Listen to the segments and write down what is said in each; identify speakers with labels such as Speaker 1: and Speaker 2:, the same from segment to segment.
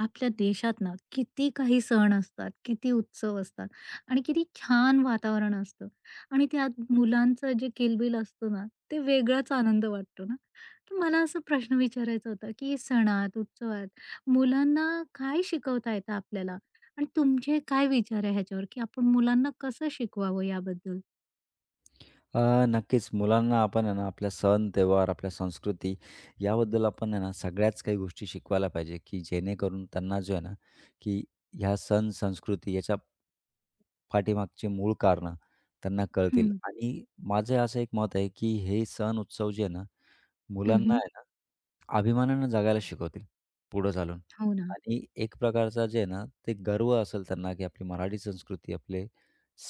Speaker 1: आपल्या देशात ना किती काही सण असतात, किती उत्सव असतात आणि किती छान वातावरण असतं आणि त्यात मुलांचं जे किलबिल असतो ना, ते वेगळाच आनंद वाटतो ना. तर मला असा प्रश्न विचारायचा होता, की सणात, उत्सवात मुलांना काय शिकवता येतं आपल्याला? आणि तुमचे काय विचार आहे ह्याच्यावर, की आपण मुलांना कसं शिकवावं याबद्दल?
Speaker 2: अ, नक्कीच मुलांना आपण आहे ना आपल्या सण त्योहार आपल्या संस्कृती याबद्दल आपण आहे ना सगळ्याच काही गोष्टी शिकवायला पाहिजे की जेणेकरून त्यांना जो आहे ना की ह्या सण संस्कृती याच्या पाठीमागचे मूळ कारणं त्यांना कळतील
Speaker 1: हं.
Speaker 2: आणि माझं असं एक मत आहे की हे सण उत्सव जे आहे ना मुलांना
Speaker 1: हं,
Speaker 2: आहे ना, अभिमानानं जगायला शिकवतील, पुढं चालून
Speaker 1: हो ना.
Speaker 2: आणि एक प्रकारचा जे आहे ना, ते गर्व असेल त्यांना, की आपली मराठी संस्कृती, आपले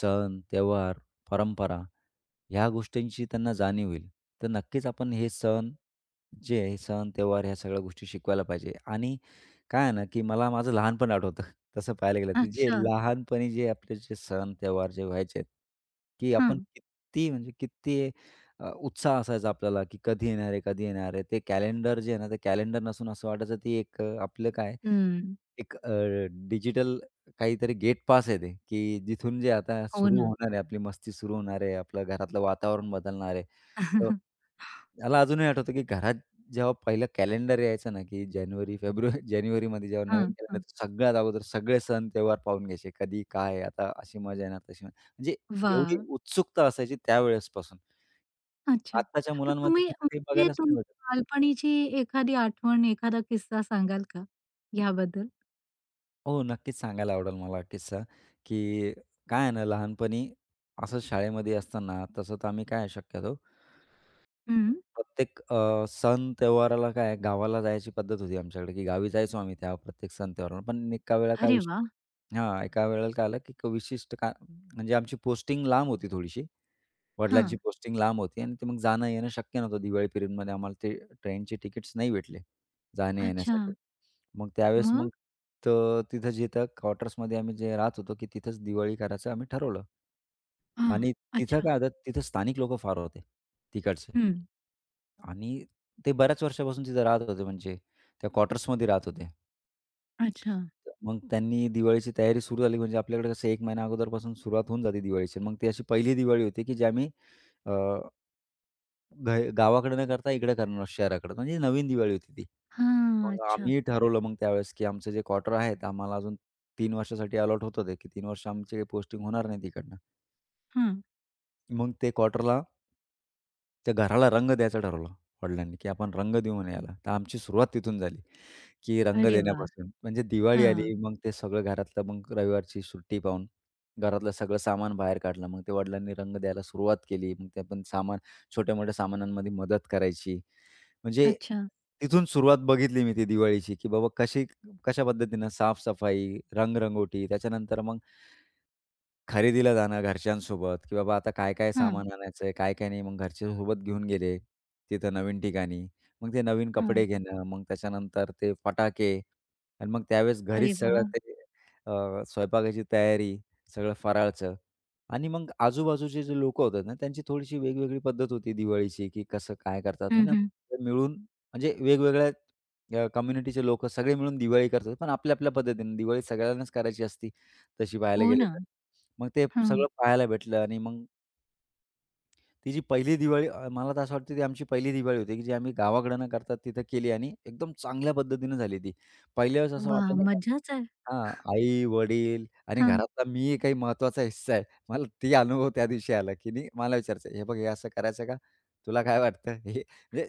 Speaker 2: सण, त्योहार, परंपरा ह्या गोष्टींची त्यांना जाणीव होईल. तर नक्कीच आपण हे सण जे आहे, सण, त्योहार ह्या सगळ्या गोष्टी शिकवायला पाहिजे आणि काय आहे ना, की मला माझं लहानपण आठवतं. तसं पाहायला गेलं तर जे
Speaker 1: अच्छा.
Speaker 2: लहानपणी जे आपले जे सण, त्योहार जे व्हायचे, की आपण
Speaker 1: हां.
Speaker 2: किती म्हणजे किती उत्साह असायचा आपल्याला, की कधी येणार आहे, कधी येणार आहे. ते कॅलेंडर जे आहे ना, ते कॅलेंडर नसून असं वाटायचं ती एक आपलं काय
Speaker 1: हं.
Speaker 2: एक डिजिटल काहीतरी गेट पास आहे ते, की जिथून जे आता
Speaker 1: हो
Speaker 2: सुरू
Speaker 1: ना.
Speaker 2: होणार आहे, आपली मस्ती सुरू होणार आहे, आपलं घरातलं वातावरण बदलणार आहे. मला अजूनही आठवतं, की घरात जेव्हा पहिलं कॅलेंडर यायचं ना, की जानेवारी, फेब्रुवारी जानेवारीमध्ये जेव्हा
Speaker 1: हां,
Speaker 2: नवीन कॅलेंडर
Speaker 1: हां.
Speaker 2: सगळ्यात अगोदर सगळे सण त्योहार पाहून घ्यायचे. कधी काय, आता अशी मजा येणार, तशी मजा म्हणजे एवढी
Speaker 1: वाह!
Speaker 2: उत्सुकता असायची त्यावेळेसपासून.
Speaker 1: अच्छा.
Speaker 2: आत्ताच्या
Speaker 1: मग
Speaker 2: मुलांमध्ये
Speaker 1: तुम्ही
Speaker 2: तसं काही
Speaker 1: म्हणजे
Speaker 2: बघायलाच नाही
Speaker 1: तुमची
Speaker 2: भेटत.
Speaker 1: बालपणीची एखादी आठवण, एखादा किस्सा सांगाल का याबद्दल?
Speaker 2: हो, नक्कीच सांगायला आवडेल मला किस्सा, की काय आहे ना लहानपणी असं शाळेमध्ये असताना तसं तर आम्ही काय शक्यतो
Speaker 1: हं.
Speaker 2: प्रत्येक सण त्योहाराला काय आहे, गावाला जायची पद्धत होती आमच्याकडे, की गावी जायचो आम्ही त्या प्रत्येक सण त्योहाराला. पण एका वेळेला काय
Speaker 1: अरे वाह!
Speaker 2: विषय हां, एका वेळेला काय आलं, की विशिष्ट का म्हणजे आमची पोस्टिंग लांब होती थोडीशी. वडिलांची
Speaker 1: हां.
Speaker 2: पोस्टिंग लांब होती आणि ते मग जाणं येणं शक्य नव्हतं. दिवाळी पिरियडमध्ये आम्हाला ते ट्रेनचे तिकीट्स नाही भेटले जाण्या
Speaker 1: अच्छा.
Speaker 2: येण्यासाठी. मग त्यावेळेस मग
Speaker 1: मग?
Speaker 2: तर तिथं जिथं क्वार्टर्समध्ये आम्ही जे राहत होतो, की तिथंच दिवाळी करायचं आम्ही ठरवलं.
Speaker 1: हां.
Speaker 2: आणि तिथं
Speaker 1: अच्छा.
Speaker 2: काय होतं, तिथं स्थानिक लोकं फार होते, तिकडचे.
Speaker 1: हं.
Speaker 2: आणि ते बऱ्याच वर्षापासून तिथे राहत होते म्हणजे त्या क्वार्टर्समध्ये राहत होते.
Speaker 1: अच्छा.
Speaker 2: तर मग त्यांनी दिवाळीची तयारी सुरू झाली म्हणजे आपल्याकडे कसं एक महिना अगोदरपासून सुरुवात होऊन जाते दिवाळीची. मग ती अशी पहिली दिवाळी होती, की जी आम्ही अ, घ गावाकडे न करता इकडे करणार शहराकडे म्हणजे नवीन दिवाळी होती ती.
Speaker 1: हां.
Speaker 2: मग
Speaker 1: अच्छा.
Speaker 2: आम्ही ठरवलं मग त्यावेळेस, की आमचं जे क्वार्टर आहे ते आम्हाला अजून 3 वर्षासाठी अलॉट होत होते, की 3 वर्ष आमची काही पोस्टिंग होणार नाही तिकडनं.
Speaker 1: हं.
Speaker 2: मग ते क्वार्टरला त्या घराला रंग द्यायचं ठरवलं वडिलांनी, की आपण रंग देऊ म्हणे याला. तर आमची सुरुवात तिथून झाली, की रंग
Speaker 1: अरे वाह!
Speaker 2: देण्यापासून. म्हणजे दिवाळी
Speaker 1: हां.
Speaker 2: आली, मग ते सगळं घरातलं मग रविवारची सुट्टी पाहून घरातलं सगळं सामान बाहेर काढलं. मग ते वडिलांनी रंग द्यायला सुरुवात केली. मग ते आपण सामान छोट्या-मोठ्या सामानांमध्ये मदत करायची. म्हणजे
Speaker 1: अच्छा.
Speaker 2: तिथून सुरुवात बघितली मी ती दिवाळीची, की बाबा कशी कशा पद्धतीनं साफ रंगरंगोटी, त्याच्यानंतर मग खरेदीला जाणं घरच्यांसोबत, की बाबा आता काय-काय
Speaker 1: हां,
Speaker 2: सामान हं. आणायचंय, काय-काय नाही. मग घरचे सोबत घेऊन गेले तिथं नवीन ठिकाणी. मग ते नवीन कपडे
Speaker 1: हां.
Speaker 2: घेणं, मग त्याच्यानंतर ते फटाके आणि मग त्यावेळेस घरीच
Speaker 1: अरे
Speaker 2: सगळं
Speaker 1: वाह!
Speaker 2: ते स्वयंपाकाची तयारी, सगळं फराळचं आणि मग आजूबाजूचे जे लोकं होतात ना, त्यांची थोडीशी वेगवेगळी पद्धत होती दिवाळीची, की कसं काय करतात.
Speaker 1: हं, हं.
Speaker 2: म्हणजे मिळून म्हणजे वेगवेगळ्या कम्युनिटीचे लोकं सगळे मिळून दिवाळी करतात. पण आपल्या-आपल्या पद्धतीने दिवाळी सगळ्यांनाच करायची असती तशी पाहायला
Speaker 1: हो
Speaker 2: गेलं
Speaker 1: ना.
Speaker 2: तर. मग ते सगळं
Speaker 1: हां.
Speaker 2: पाहायला भेटलं आणि मग ती जी पहिली दिवाळी मला तर असं वाटतं ती आमची पहिली दिवाळी होती, की जी आम्ही गावाकडं न करता तिथं केली आणि एकदम चांगल्या पद्धतीनं झाली ती. पहिल्या वेळेस असं
Speaker 1: वाह!
Speaker 2: वाटलं नाही का
Speaker 1: मज्जाच आहे.
Speaker 2: हां, आई, वडील आणि
Speaker 1: हां.
Speaker 2: घरातला मी काही महत्त्वाचा हिस्सा आहे. मला ती अनुभव त्या दिवशी आला, की नाही मला विचारायचं, "हे बघ हे असं करायचं का? तुला काय वाटतं?" हे म्हणजे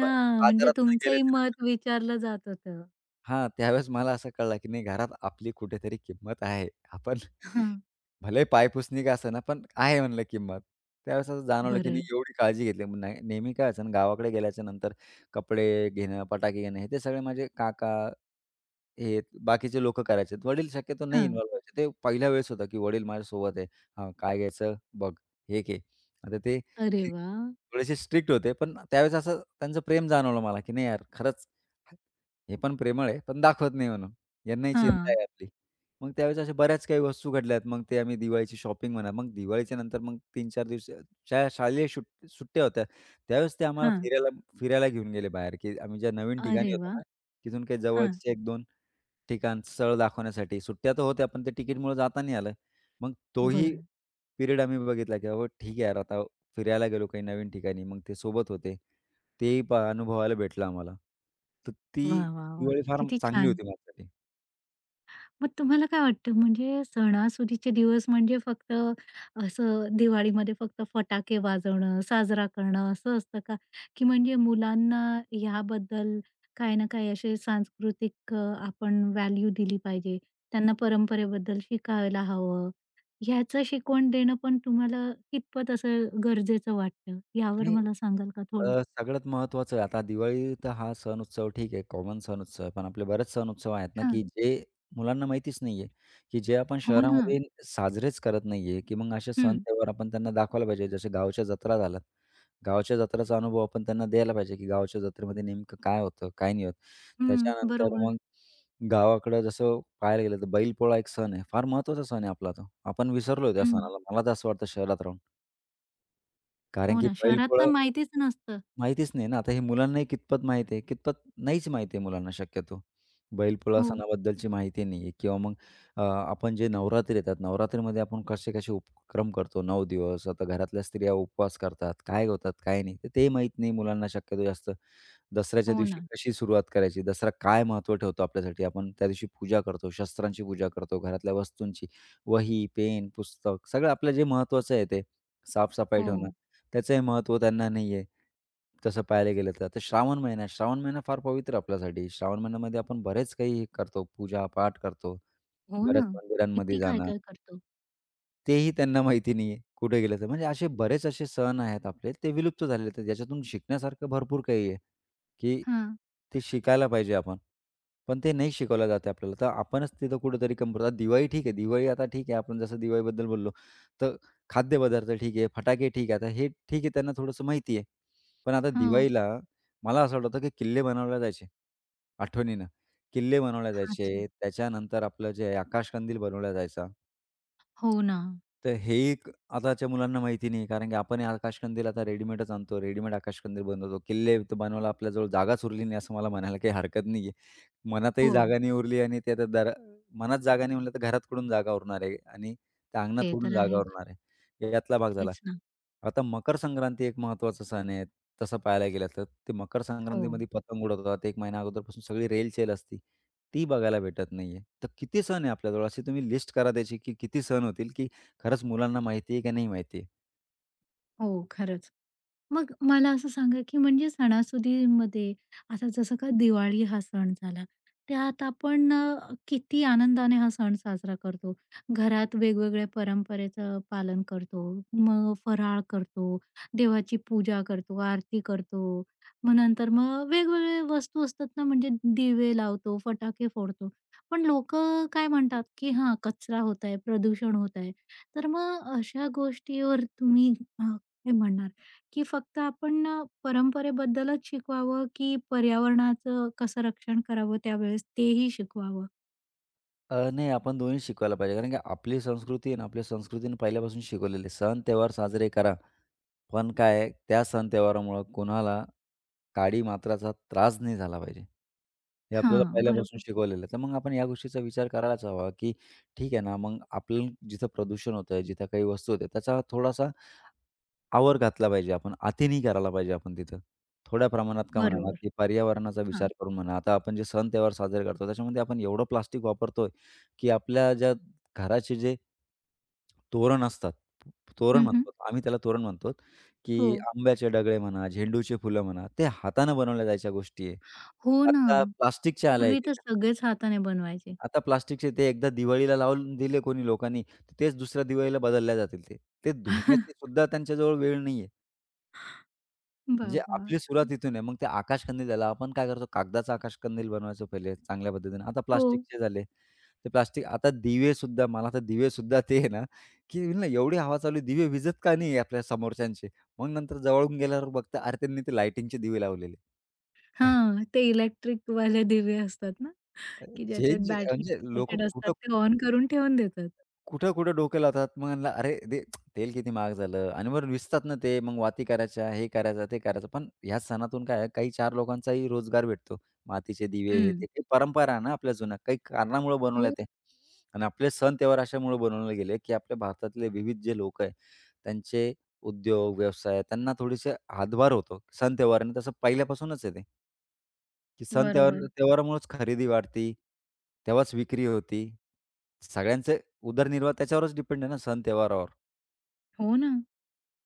Speaker 2: ब
Speaker 1: म्हणजे
Speaker 2: बाजारात पण
Speaker 1: तुमचंही
Speaker 2: गेल्याच्या
Speaker 1: मत विचारलं जात होतं.
Speaker 2: हां, त्यावेळेस मला असं कळलं, की नाही घरात आपली कुठेतरी किंमत आहे. आपण
Speaker 1: हां.
Speaker 2: भले पायपुसणी का असेना, पण आहे म्हणलं किंमत. त्यावेळेस असं जाणवलं, की
Speaker 1: बरं
Speaker 2: नाही
Speaker 1: आहे.
Speaker 2: एवढी काळजी घेतली. मग नाही नेहमी काय व्हायचं ना, गावाकडे गेल्याच्यानंतर कपडे घेणं, फटाके घेणं, हे ते सगळे माझे काका हे बाकीचे लोकं करायचे. वडील शक्यतो नाही
Speaker 1: हां.
Speaker 2: इन्व्हॉल्व व्हायचे. ते पहिल्या वेळेस होतं, की वडील माझ्यासोबत आहे. हां, काय घ्यायचं? बघ, हे घे. आता ते
Speaker 1: अरे वाह!
Speaker 2: थोडेसे स्ट्रिक्ट होते, पण त्यावेळेस असं त्यांचं प्रेम जाणवलं मला, की नाही यार खरंच हे पण प्रेमळ आहे, पण दाखवत नाही म्हणून. यांनाही चिंता
Speaker 1: हां,
Speaker 2: आहे आपली. मग त्यावेळेस अशा बऱ्याच काही वस्तू घडल्यात. मग ते आम्ही दिवाळीची शॉपिंग म्हणा, मग दिवाळीच्या नंतर मग 3-4 दिवस ज्या शालेय सुट्ट्या होत्या, त्यावेळेस ते आम्हाला
Speaker 1: हां.
Speaker 2: फिरायला फिरायला घेऊन गेले बाहेर, की आम्ही ज्या नवीन ठिकाणी
Speaker 1: अरे
Speaker 2: होतो
Speaker 1: वा,
Speaker 2: ना, तिथून काही
Speaker 1: हां,
Speaker 2: जवळचे 1-2 ठिकाण, स्थळ दाखवण्यासाठी. सुट्ट्या तर होत्या, पण ते तिकीटमुळे जाता नाही आलं. मग तोही
Speaker 1: बरं.
Speaker 2: पिरियड आम्ही बघितला, की बाबा ठीक आहे यार, आता फिरायला गेलो काही नवीन ठिकाणी. मग ते सोबत होते. तेही पहा अनुभवायला भेटलं आम्हाला. तर ती
Speaker 1: वा, वाह, वाह!
Speaker 2: दिवाळी फार
Speaker 1: किती
Speaker 2: चांगली
Speaker 1: छान.
Speaker 2: होती माझ्यासाठी.
Speaker 1: मग तुम्हाला काय वाटतं म्हणजे सणासुदीचे दिवस म्हणजे फक्त असं दिवाळीमध्ये फक्त फटाके वाजवणं, साजरा करणं असं असतं का? की म्हणजे मुलांना ह्याबद्दल काही ना काही असे सांस्कृतिक आपण व्हॅल्यू दिली पाहिजे. त्यांना परंपरेबद्दल शिकायला हवं. ह्याचं शिकवण देणं पण तुम्हाला कितपत असं गरजेचं वाटतं? यावर
Speaker 2: नाही.
Speaker 1: मला सांगाल का थोडं?
Speaker 2: सगळ्यात महत्त्वाचं आहे. आता दिवाळी तर हा सण उत्सव ठीक आहे, कॉमन सण उत्सव आहे. पण आपले बरेच सण उत्सव आहेत ना,
Speaker 1: हां.
Speaker 2: की जे मुलांना माहितीच नाहीये, की जे आपण
Speaker 1: हो ना.
Speaker 2: शहरामध्ये साजरेच करत नाहीये, की मग असे सण त्योहार आपण त्यांना दाखवायला पाहिजे. जसे गावच्या जत्रा झाल्यात. गावच्या जत्राचा अनुभव आपण त्यांना द्यायला पाहिजे, की गावच्या जत्रेमध्ये नेमकं काय होतं, काय नाही होत.
Speaker 1: हं,
Speaker 2: त्याच्यानंतर
Speaker 1: बरोबर.
Speaker 2: मग गावाकडं जसं पाहायला गेलं तर बैलपोळा एक सण आहे. फार महत्त्वाचा सण आहे आपला तो. आपण विसरलोय त्या
Speaker 1: हं,
Speaker 2: सणाला. मला तर असं वाटतं शहरात राहून. कारण
Speaker 1: हो
Speaker 2: की
Speaker 1: ना. शहरात
Speaker 2: बैलपोळा
Speaker 1: तर माहितीच नसतं.
Speaker 2: माहितीच नाही ना. आता हे मुलांनाही कितपत माहिती आहे, कितपत नाहीच माहिती आहे मुलांना शक्यतो. बैलपोळा
Speaker 1: हो,
Speaker 2: सणाबद्दलची माहिती नाही आहे किंवा मग आपण जे नवरात्री येतात, नवरात्रीमध्ये आपण कसे-कसे उपक्रम करतो 9 दिवस. आता घरातल्या स्त्रिया उपवास करतात, काय होतात, काय नाही. तर ते माहीत नाही मुलांना शक्यतो जास्त. दसऱ्याच्या
Speaker 1: हो
Speaker 2: दिवशी
Speaker 1: ना.
Speaker 2: कशी सुरुवात करायची, दसरा काय महत्त्व ठेवतो आपल्यासाठी. आपण त्या दिवशी पूजा करतो, शस्त्रांची पूजा करतो, घरातल्या वस्तूंची. वही, पेन, पुस्तक सगळं आपलं जे महत्त्वाचं आहे ते साफ
Speaker 1: हो.
Speaker 2: ठेवणं. त्याचंही महत्त्व त्यांना नाही आहे. तसं पाहायला गेलं तर. आता श्रावण महिना आहे. श्रावण महिना फार पवित्र आपल्यासाठी. श्रावण महिन्यामध्ये आपण बरेच काही करतो. पूजा-पाठ करतो.
Speaker 1: हो
Speaker 2: बऱ्याच
Speaker 1: ना.
Speaker 2: मंदिरांमध्ये
Speaker 1: किती
Speaker 2: जाणं.
Speaker 1: काय-काय करतो.
Speaker 2: तेही त्यांना माहिती नाहीये, कुठे गेलं तर. म्हणजे असे बरेच असे सण आहेत आपले, ते विलुप्त झालेले आहेत. ज्याच्यातून शिकण्यासारखं भरपूर काही आहे, की
Speaker 1: हां.
Speaker 2: ते शिकायला पाहिजे आपण. पण ते नाही शिकवलं जाते आहे आपल्याला. तर आपणच तिथं कुठेतरी कमी पडतो. आता दिवाळी ठीक आहे, दिवाळी आता ठीक आहे, आपण जसं दिवाळीबद्दल बोललो. तर खाद्यपदार्थ ठीक आहे, फटाके ठीक आहे. आता हे ठीक आहे, त्यांना थोडंसं माहिती आहे. पण आता
Speaker 1: हो.
Speaker 2: दिवाळीला मला असं वाटतं, की किल्ले बनवले जायचे, आठवणीनं. किल्ले बनवले
Speaker 1: अच्छा.
Speaker 2: जायचे. त्याच्यानंतर आपलं जे आहे, आकाशकंदील बनवला जायचा.
Speaker 1: हो ना.
Speaker 2: तर हेही आताच्या मुलांना माहिती नाही, कारण की आपणही आकाशकंदील आता रेडीमेडच आणतो. रेडीमेड आकाशकंदील बनवतो. किल्ले तर बनवायला आपल्याजवळ जागाच उरली नाही, असं मला म्हणायला काही हरकत नाही आहे. मनातही
Speaker 1: हो.
Speaker 2: जागा नाही उरली आणि ते आता मनात जागा नाही म्हणलं, तर घरात कुठून जागा उरणार आहे आणि त्या अंगणात
Speaker 1: ते
Speaker 2: कुठून
Speaker 1: तर
Speaker 2: जागा
Speaker 1: आहेच.
Speaker 2: उरणार आहे, यातला भाग झाला.
Speaker 1: तेच ना.
Speaker 2: आता मकर संक्रांती एक महत्त्वाचा सण आहे, तसं पाहायला गेलं तर. ते मकर
Speaker 1: हो.
Speaker 2: संक्रांतीमध्ये पतंग उडवतात. 1 महिना अगोदरपासून सगळी रेलचेल असते. ती बघायला भेटत नाहीये. तर किती सण आहे आपल्याजवळ? अशी तुम्ही लिस्ट करा त्याची, की किती सण होतील, की खरंच मुलांना माहिती आहे का नाही माहिती आहे?
Speaker 1: हो, खरंच. मग मला असं सांगा, की म्हणजे सणासुदीमध्ये आता जसं का दिवाळी हा सण झाला, त्यात आपण किती आनंदाने हा सण साजरा करतो. घरात वेगवेगळ्या परंपरेचं पालन करतो. मग फराळ करतो, देवाची पूजा करतो, आरती करतो. मग नंतर मग वेगवेगळ्या वस्तू असतात ना, म्हणजे दिवे लावतो, फटाके फोडतो. पण लोकं काय म्हणतात, की हां, कचरा होत आहे, प्रदूषण होत आहे. तर मग अशा गोष्टीवर तुम्ही काय म्हणणार? की फक्त आपण परंपरेबद्दलच शिकवावं, की पर्यावरणाचं कसं रक्षण करावं त्यावेळेस तेही शिकवावं?
Speaker 2: नाही आपण दोन्ही शिकवायला पाहिजे. कारण की आपली संस्कृती आहे ना, आपल्या संस्कृतीने पहिल्यापासून शिकवलेली आहे. सण त्योहार साजरे करा. पण काय आहे, त्या सण त्योहारामुळं कोणाला काडी मात्राचा त्रास नाही झाला पाहिजे. हे आपल्याला
Speaker 1: हां,
Speaker 2: पहिल्यापासून
Speaker 1: बरोबर,
Speaker 2: शिकवलेलं आहे. तर मग आपण या गोष्टीचा विचार करायलाच हवा, की ठीक आहे ना, मग आपलं जिथं प्रदूषण होतंय, जिथं काही वस्तू होते, त्याचा थोडासा आवर घातला पाहिजे आपण, अति नाही करायला पाहिजे आपण तिथं. थोड्या प्रमाणात का हं. म्हणा,
Speaker 1: बरोबर.
Speaker 2: की पर्यावरणाचा विचार
Speaker 1: हां.
Speaker 2: करून म्हणा. आता आपण जे सण-त्योहार साजरे करतो, त्याच्यामध्ये आपण एवढं प्लास्टिक वापरतोय, की आपल्या ज्या घराचे जे तोरण असतात, तोरण
Speaker 1: हं, हं.
Speaker 2: म्हणतो आम्ही त्याला तोरण म्हणतो,
Speaker 1: हो.
Speaker 2: की आंब्याचे डगळे म्हणा, झेंडूची फुलं म्हणा, ते हातानं बनवल्या जायच्या गोष्टी आहे.
Speaker 1: हो ना.
Speaker 2: आता प्लास्टिकच्या आल्या आहेत
Speaker 1: पूर्वी तर
Speaker 2: तिथे.
Speaker 1: सगळेच हाताने बनवायचे.
Speaker 2: आता प्लास्टिकचे ते एकदा दिवाळीला लावून दिले कोणी लोकांनी, तेच दुसऱ्या दिवाळीला बदलल्या जातील ते. ते धुण्याची सुद्धा त्यांच्याजवळ वेळ नाहीये. म्हणजे
Speaker 1: बाबा!
Speaker 2: आपली सुरुवात इथून आहे. मग ते आकाशकंदील झालं. आपण काय करतो कागदाचा आकाशकंदील बनवायचो पहिले चांगल्या पद्धतीने. आता
Speaker 1: हो.
Speaker 2: प्लास्टिकचे झाले. ते प्लास्टिक आता दिवेसुद्धा मला आता दिवेसुद्धा ते आहे ना, की ना एवढी हवा चालू आहे दिवे विजत का नाही आहे आपल्या समोरच्यांचे? मग नंतर जवळून गेल्यावर बघता अरे त्यांनी ते लाइटिंगचे दिवे लावलेले. अरे
Speaker 1: हां, ते इलेक्ट्रिकवाले दिवे असतात ना, की ज्याच्यात
Speaker 2: चेंज
Speaker 1: बॅटरी
Speaker 2: म्हणजे लोकं
Speaker 1: असतात,
Speaker 2: कुठं
Speaker 1: ते ऑन करून ठेवून देतात.
Speaker 2: कुठं-कुठं डोकं लावतात. मग म्हणलं, "अरे ते तेल किती महाग झालं" आणि वरून विसतात ना ते. मग वाती करायच्या, हे करायचं, ते करायचं. पण ह्या सणातून काय आहे, काही चार लोकांचाही रोजगार भेटतो. मातीचे दिवे हे ते.
Speaker 1: हं.
Speaker 2: काही परंपरा आहे ना आपल्या जुन्या. काही कारणामुळे बनवल्या
Speaker 1: हो,
Speaker 2: त्या आणि आपले सण त्योहार अशामुळे बनवले गेले, की आपल्या भारतातले विविध जे लोक आहे, त्यांचे उद्योग, व्यवसाय त्यांना थोडीशी हातभार होतो. सण त्योहारांनी तसं पहिल्यापासूनच आहे ते, की सण त्योहार
Speaker 1: बरोबर.
Speaker 2: त्योहारामुळेच खरेदी वाढती, तेव्हाच विक्री होती. सगळ्यांचे उदरनिर्वाह त्याच्यावरच डिपेंड आहे ना सण-त्योहारावर.
Speaker 1: हो ना.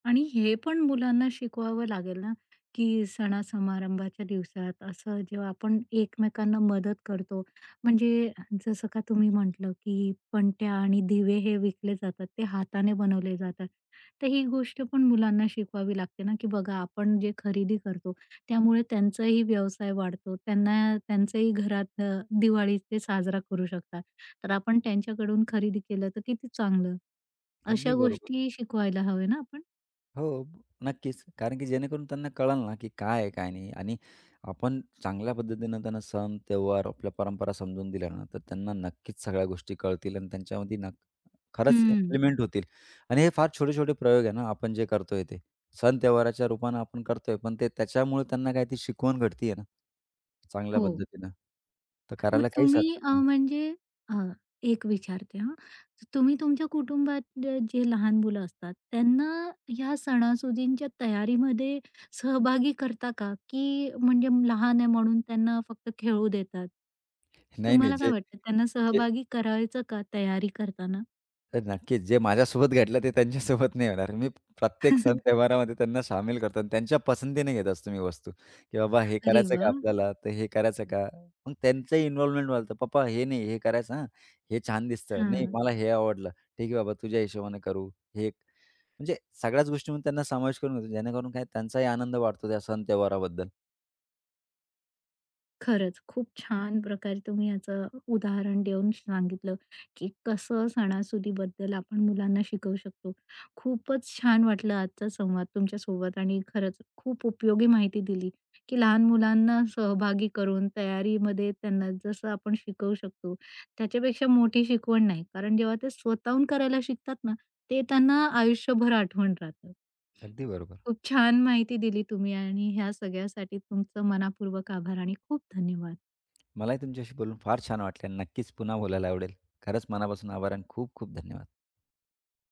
Speaker 1: आणि हे पण मुलांना शिकवावं लागेल ना, की सणा-समारंभाच्या दिवसात असं जेव्हा आपण एकमेकांना मदत करतो, म्हणजे जसं का तुम्ही म्हटलं, की पणत्या आणि दिवे हे विकले जातात, ते हाताने बनवले जातात. तर ही गोष्ट पण मुलांना शिकवावी लागते ना, की बघा आपण जे खरेदी करतो, त्यामुळे त्यांचाही व्यवसाय वाढतो. त्यांना त्यांचंही घरात दिवाळी ते साजरा करू शकतात. तर आपण त्यांच्याकडून खरेदी केलं तर किती चांगलं.
Speaker 2: अगदी
Speaker 1: अशा
Speaker 2: बरोबर.
Speaker 1: गोष्टी शिकवायला हव्या ना आपण.
Speaker 2: हो, नक्कीच. कारण की जेणेकरून त्यांना कळेल ना, की काय आहे, काय नाही आणि आपण चांगल्या पद्धतीनं त्यांना सण, त्योहार, आपल्या परंपरा समजून दिल्या ना, तर त्यांना नक्कीच सगळ्या गोष्टी कळतील आणि त्यांच्यामध्ये खरंच
Speaker 1: हं,
Speaker 2: इम्प्लिमेंट होतील. आणि हे फार छोटे-छोटे प्रयोग आहे ना, आपण जे करतोय ते. सण त्योहाराच्या रूपानं आपण करतोय, पण ते त्याच्यामुळे त्यांना काय ती शिकवण घडती ना, चांगल्या
Speaker 1: हो.
Speaker 2: पद्धतीनं. तर
Speaker 1: मग
Speaker 2: करायला काहीच
Speaker 1: तुम्ही
Speaker 2: हरकत नाही.
Speaker 1: अ, एक विचारते हां. तुम्ही तुमच्या कुटुंबात जे जे लहान मुलं असतात, त्यांना ह्या सणासुदींच्या तयारीमध्ये सहभागी करता का? की म्हणजे लहान आहे म्हणून त्यांना फक्त खेळू देतात?
Speaker 2: नाही, नाही.
Speaker 1: तुम्हाला काय
Speaker 2: जे
Speaker 1: वाटतं त्यांना
Speaker 2: जे
Speaker 1: सहभागी करायचं का तयारी करताना?
Speaker 2: तर नक्कीच. जे माझ्यासोबत घडलं ते त्यांच्यासोबत नाही होणार. मी प्रत्येक सण त्योहारामध्ये त्यांना सामील करतो आणि त्यांच्या पसंतीने घेत असतो मी वस्तू, की बाबा हे
Speaker 1: अरे
Speaker 2: करायचं का
Speaker 1: वाह!
Speaker 2: आपल्याला? तर हे करायचं का? मग त्यांचंही इन्व्हॉल्वमेंट व्हायला पप्पा हे नाही, हे करायचं हां. हे छान दिसतं. नाही
Speaker 1: हां.
Speaker 2: मला हे आवडलं. ठीक आहे बाबा तुझ्या हिशोबाने करू. हे एक- म्हणजे सगळ्याच गोष्टींमध्ये त्यांना समावेश करून घेतो. जेणेकरून काय त्यांचाही आनंद वाढतो त्या सण त्योहाराबद्दल.
Speaker 1: खरंच, खूप छान प्रकारे तुम्ही याचं उदाहरण देऊन सांगितलं, की कसं सणासुदीबद्दल आपण मुलांना शिकवू शकतो. खूपच छान वाटलं आजचा संवाद तुमच्यासोबत आणि खरंच खूप उपयोगी माहिती दिली, की लहान मुलांना सहभागी करून तयारीमध्ये त्यांना जसं आपण शिकवू शकतो, त्याच्यापेक्षा मोठी शिकवण नाही. कारण जेव्हा ते स्वतःहून करायला शिकतात ना, ते त्यांना आयुष्यभर आठवण राहतं.
Speaker 2: अगदी बरोबर.
Speaker 1: खूप छान माहिती दिली तुम्ही आणि ह्या सगळ्यासाठी तुमचं मनापूर्वक आभार आणि खूप धन्यवाद.
Speaker 2: मलाही तुमच्याशी बोलून फार छान वाटले आणि नक्कीच पुन्हा बोलायला आवडेल. खरंच मनापासून आभार आणि खूप खूप धन्यवाद.